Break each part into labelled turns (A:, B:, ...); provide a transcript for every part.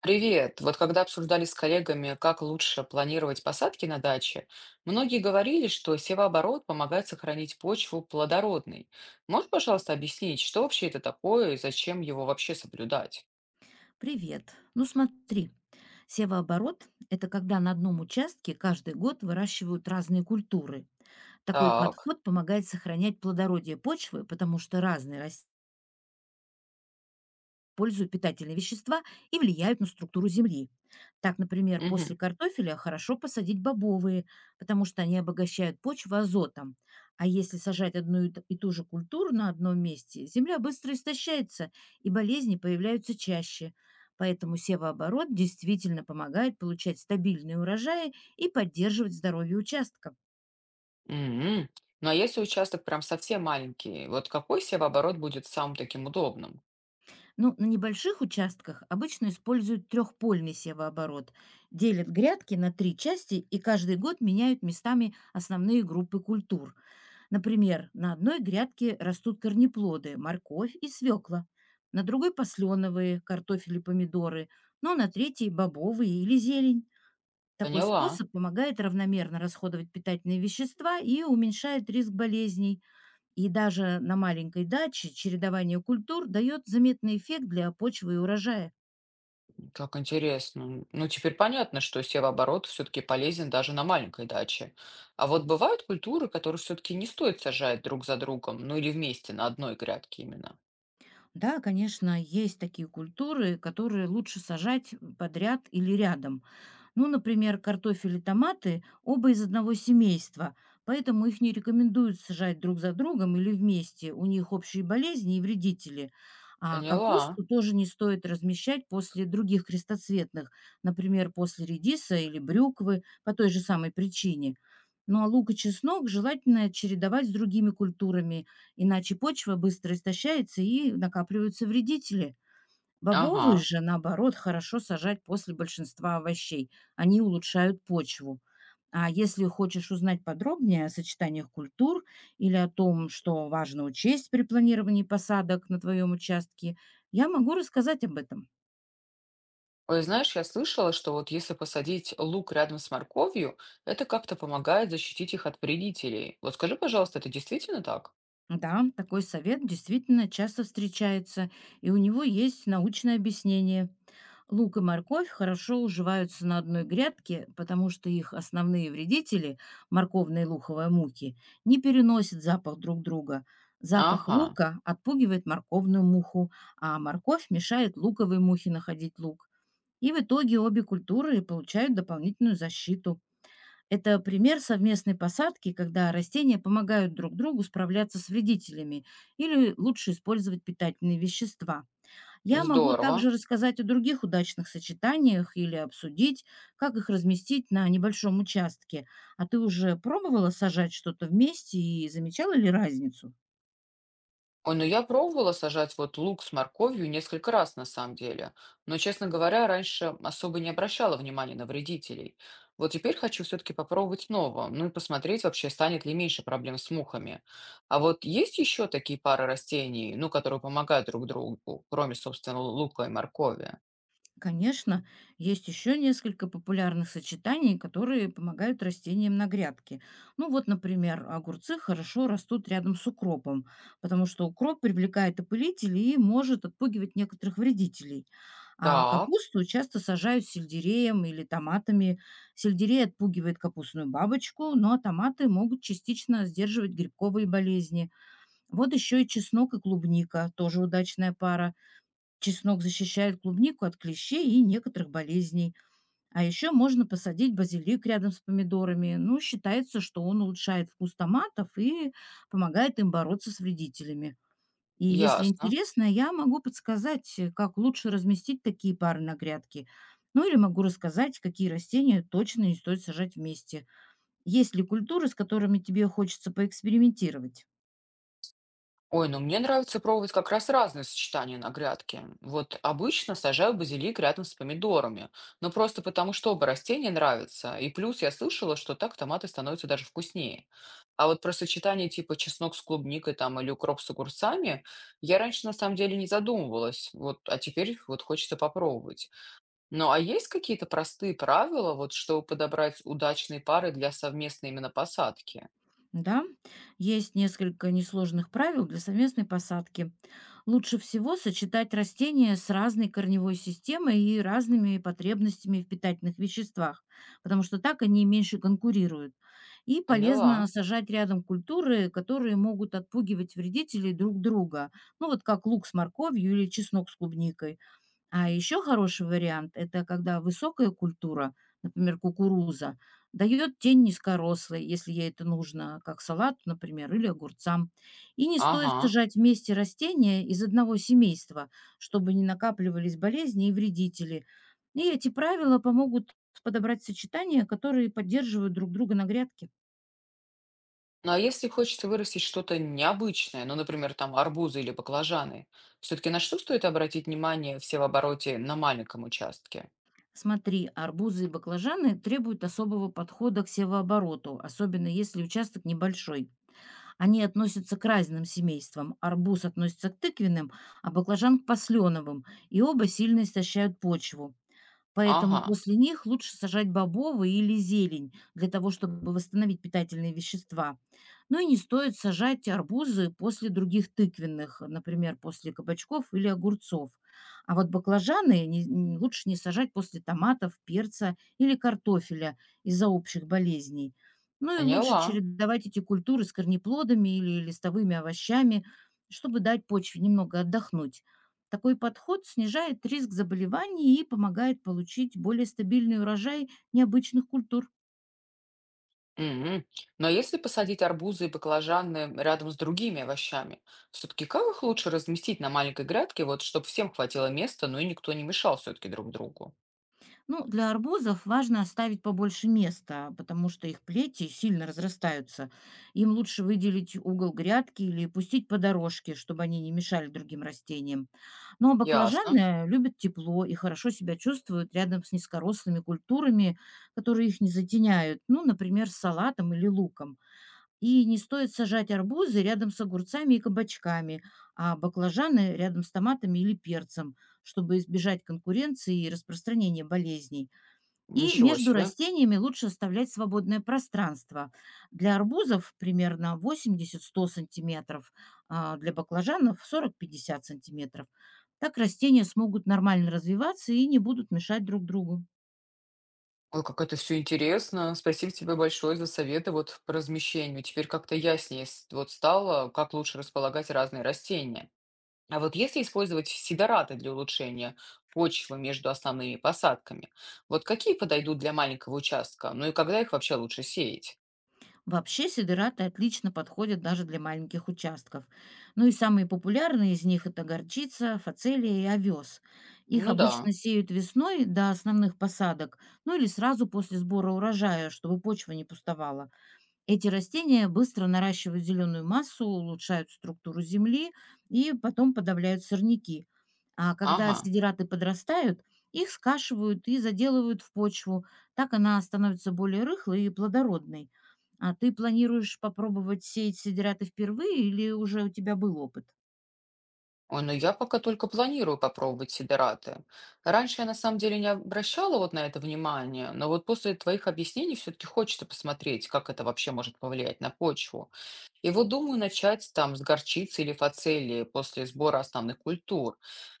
A: Привет! Вот когда обсуждали с коллегами, как лучше планировать посадки на даче, многие говорили, что севооборот помогает сохранить почву плодородной. Можешь, пожалуйста, объяснить, что вообще это такое и зачем его вообще соблюдать?
B: Привет. Ну смотри, севооборот– это когда на одном участке каждый год выращивают разные культуры. Такой
A: Так.
B: подход помогает сохранять плодородие почвы, потому что разные растения пользуют питательные вещества и влияют на структуру земли. Так, например,
A: Мгм.
B: после картофеля хорошо посадить бобовые, потому что они обогащают почву азотом. А если сажать одну и ту же культуру на одном месте, земля быстро истощается, и болезни появляются чаще. Поэтому севооборот действительно помогает получать стабильные урожаи и поддерживать здоровье участка.
A: М. Ну а если участок прям совсем маленький, вот какой севооборот будет самым таким удобным?
B: Ну, на небольших участках обычно используют трехпольный севооборот. Делят грядки на три части и каждый год меняют местами основные группы культур. Например, на одной грядке растут корнеплоды– морковь и свекла, на другой– посленовые, картофель и помидоры, но на третьей– бобовые или зелень. Такой
A: Поняла.
B: способ помогает равномерно расходовать питательные вещества и уменьшает риск болезней. И даже на маленькой даче чередование культур дает заметный эффект для почвы и урожая.
A: Как интересно. Ну, теперь понятно, что севооборот все-таки полезен даже на маленькой даче. А вот бывают культуры, которые все-таки не стоит сажать друг за другом, ну или вместе на одной грядке именно.
B: Да, конечно, есть такие культуры, которые лучше сажать подряд или рядом. Ну, например, картофель и томаты оба из одного семейства, поэтому их не рекомендуют сажать друг за другом или вместе. У них общие болезни и вредители. А
A: Поняла.
B: капусту тоже не стоит размещать после других крестоцветных, например, после редиса или брюквы, по той же самой причине. Ну а лук и чеснок желательно чередовать с другими культурами, иначе почва быстро истощается и накапливаются вредители. Бобовые
A: Ага.
B: же, наоборот, хорошо сажать после большинства овощей. Они улучшают почву. А если хочешь узнать подробнее о сочетаниях культур или о том, что важно учесть при планировании посадок на твоем участке, я могу рассказать об этом.
A: Ой, знаешь, я слышала, что вот если посадить лук рядом с морковью, это как-то помогает защитить их от вредителей. Вот скажи, пожалуйста, это действительно так?
B: Да, такой совет действительно часто встречается, и у него есть научное объяснение. Лук и морковь хорошо уживаются на одной грядке, потому что их основные вредители, морковные и луховые мухи, не переносят запах друг друга. Запах
A: Ага,
B: лука отпугивает морковную муху, а морковь мешает луковой мухе находить лук. И в итоге обе культуры получают дополнительную защиту. Это пример совместной посадки, когда растения помогают друг другу справляться с вредителями или лучше использовать питательные вещества. Я могу
A: здорово.
B: также рассказать о других удачных сочетаниях или обсудить, как их разместить на небольшом участке. А ты уже пробовала сажать что-то вместе и замечала ли разницу?
A: Ой, ну я пробовала сажать вот лук с морковью несколько раз на самом деле, но, честно говоря, раньше особо не обращала внимания на вредителей. Вот теперь хочу все-таки попробовать снова, ну и посмотреть вообще, станет ли меньше проблем с мухами. А вот есть еще такие пары растений, ну, которые помогают друг другу, кроме, собственно, лука и моркови?
B: Конечно, есть еще несколько популярных сочетаний, которые помогают растениям на грядке. Ну вот, например, огурцы хорошо растут рядом с укропом, потому что укроп привлекает опылителей и может отпугивать некоторых вредителей. А
A: Так,
B: капусту часто сажают сельдереем или томатами. Сельдерей отпугивает капустную бабочку, но томаты могут частично сдерживать грибковые болезни. Вот еще и чеснок и клубника, тоже удачная пара. Чеснок защищает клубнику от клещей и некоторых болезней. А еще можно посадить базилик рядом с помидорами. Ну, считается, что он улучшает вкус томатов и помогает им бороться с вредителями. И если
A: ясно.
B: интересно, я могу подсказать, как лучше разместить такие пары на грядке. Ну или могу рассказать, какие растения точно не стоит сажать вместе. Есть ли культуры, с которыми тебе хочется поэкспериментировать?
A: Ой, ну мне нравится пробовать как раз разные сочетания на грядке. Вот обычно сажаю базилик рядом с помидорами, но просто потому, что оба растения нравятся, и плюс я слышала, что так томаты становятся даже вкуснее. А вот про сочетание типа чеснок с клубникой там или укроп с огурцами я раньше на самом деле не задумывалась, вот, а теперь вот хочется попробовать. Ну а есть какие-то простые правила, вот, чтобы подобрать удачные пары для совместной именно посадки?
B: Да, есть несколько несложных правил для совместной посадки. Лучше всего сочетать растения с разной корневой системой и разными потребностями в питательных веществах, потому что так они меньше конкурируют. И
A: Поняла.
B: полезно сажать рядом культуры, которые могут отпугивать вредителей друг друга, ну вот как лук с морковью или чеснок с клубникой. А еще хороший вариант- это когда высокая культура, например, кукуруза, дает тень низкорослой, если ей это нужно, как салату, например, или огурцам. И не стоит
A: Ага.
B: сажать вместе растения из одного семейства, чтобы не накапливались болезни и вредители. И эти правила помогут подобрать сочетания, которые поддерживают друг друга на грядке.
A: Ну, а если хочется вырастить что-то необычное, ну, например, там арбузы или баклажаны, все-таки на что стоит обратить внимание все в обороте на маленьком участке?
B: Смотри, арбузы и баклажаны требуют особого подхода к севообороту, особенно если участок небольшой. Они относятся к разным семействам. Арбуз относится к тыквенным, а баклажан к посленовым. И оба сильно истощают почву. Поэтому
A: Ага,
B: после них лучше сажать бобовые или зелень для того, чтобы восстановить питательные вещества. Ну и не стоит сажать арбузы после других тыквенных, например, после кабачков или огурцов. А вот баклажаны лучше не сажать после томатов, перца или картофеля из-за общих болезней. Ну и лучше
A: поняла.
B: чередовать эти культуры с корнеплодами или листовыми овощами, чтобы дать почве немного отдохнуть. Такой подход снижает риск заболеваний и помогает получить более стабильный урожай необычных культур.
A: Мгм. Но если посадить арбузы и баклажаны рядом с другими овощами, все-таки как их лучше разместить на маленькой грядке, вот чтобы всем хватило места, ну и никто не мешал все-таки друг другу?
B: Ну, для арбузов важно оставить побольше места, потому что их плети сильно разрастаются. Им лучше выделить угол грядки или пустить по дорожке, чтобы они не мешали другим растениям. Но
A: Ясно.
B: баклажаны любят тепло и хорошо себя чувствуют рядом с низкорослыми культурами, которые их не затеняют, ну, например, с салатом или луком. И не стоит сажать арбузы рядом с огурцами и кабачками, а баклажаны рядом с томатами или перцем, чтобы избежать конкуренции и распространения болезней. И
A: Ничего
B: между
A: себе.
B: растениями лучше оставлять свободное пространство. Для арбузов примерно 80-100 сантиметров, а для баклажанов 40-50 сантиметров. Так растения смогут нормально развиваться и не будут мешать друг другу.
A: Ой, как это все интересно. Спасибо тебе большое за советы вот по размещению. Теперь как-то яснее с- вот стало, как лучше располагать разные растения. А вот если использовать сидораты для улучшения почвы между основными посадками, вот какие подойдут для маленького участка? Ну и когда их вообще лучше сеять?
B: Вообще сидераты отлично подходят даже для маленьких участков. Ну и самые популярные из них– это горчица, фацелия и овес. Их
A: Ну да,
B: обычно сеют весной до основных посадок, ну или сразу после сбора урожая, чтобы почва не пустовала. Эти растения быстро наращивают зеленую массу, улучшают структуру земли и потом подавляют сорняки. А когда
A: ага.
B: сидираты подрастают, их скашивают и заделывают в почву. Так она становится более рыхлой и плодородной. А ты планируешь попробовать сеять сидираты впервые или уже у тебя был опыт?
A: Ой, ну я пока только планирую попробовать сидораты. Раньше я на самом деле не обращала вот на это внимание, но вот после твоих объяснений все-таки хочется посмотреть, как это вообще может повлиять на почву. И вот думаю начать там с горчицы или фацелии после сбора основных культур.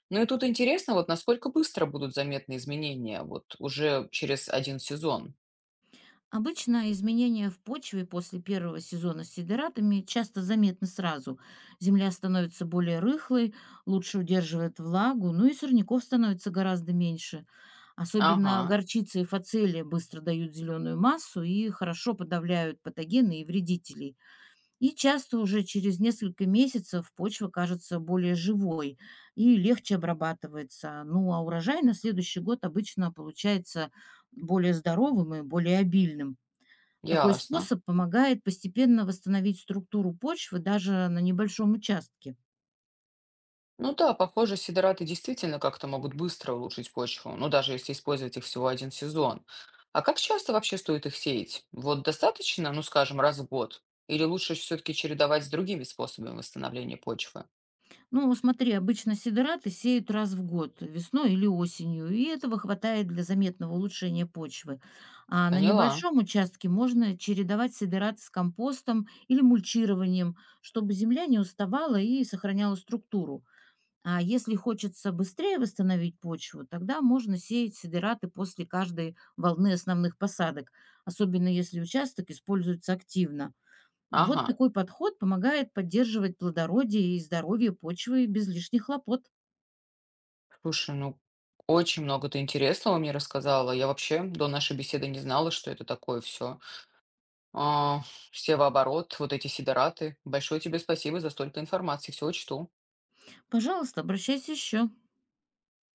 A: Ну и тут интересно, вот насколько быстро будут заметны изменения, вот уже через один сезон.
B: Обычно изменения в почве после первого сезона с сидератами часто заметны сразу. Земля становится более рыхлой, лучше удерживает влагу, ну и сорняков становится гораздо меньше.
A: Ага,
B: Особенно горчица и фацелия быстро дают зеленую массу и хорошо подавляют патогены и вредителей. И часто уже через несколько месяцев почва кажется более живой и легче обрабатывается. Ну а урожай на следующий год обычно получается более здоровым и более обильным. Такой
A: ясно.
B: способ помогает постепенно восстановить структуру почвы даже на небольшом участке.
A: Ну да, похоже, сидораты действительно как-то могут быстро улучшить почву, ну даже если использовать их всего один сезон. А как часто вообще стоит их сеять? Вот достаточно, ну скажем, раз в год? Или лучше все-таки чередовать с другими способами восстановления почвы?
B: Ну, смотри, обычно сидораты сеют раз в год, весной или осенью, и этого хватает для заметного улучшения почвы. А на
A: Поняла.
B: небольшом участке можно чередовать сидораты с компостом или мульчированием, чтобы земля не уставала и сохраняла структуру. А если хочется быстрее восстановить почву, тогда можно сеять сидераты после каждой волны основных посадок, особенно если участок используется активно. Вот
A: Ага.
B: такой подход помогает поддерживать плодородие и здоровье почвы без лишних хлопот.
A: Слушай, ну, очень много ты интересного мне рассказала. Я вообще до нашей беседы не знала, что это такое все. Севооборот, вот эти сидораты. Большое тебе спасибо за столько информации. Все учту.
B: Пожалуйста, обращайся еще.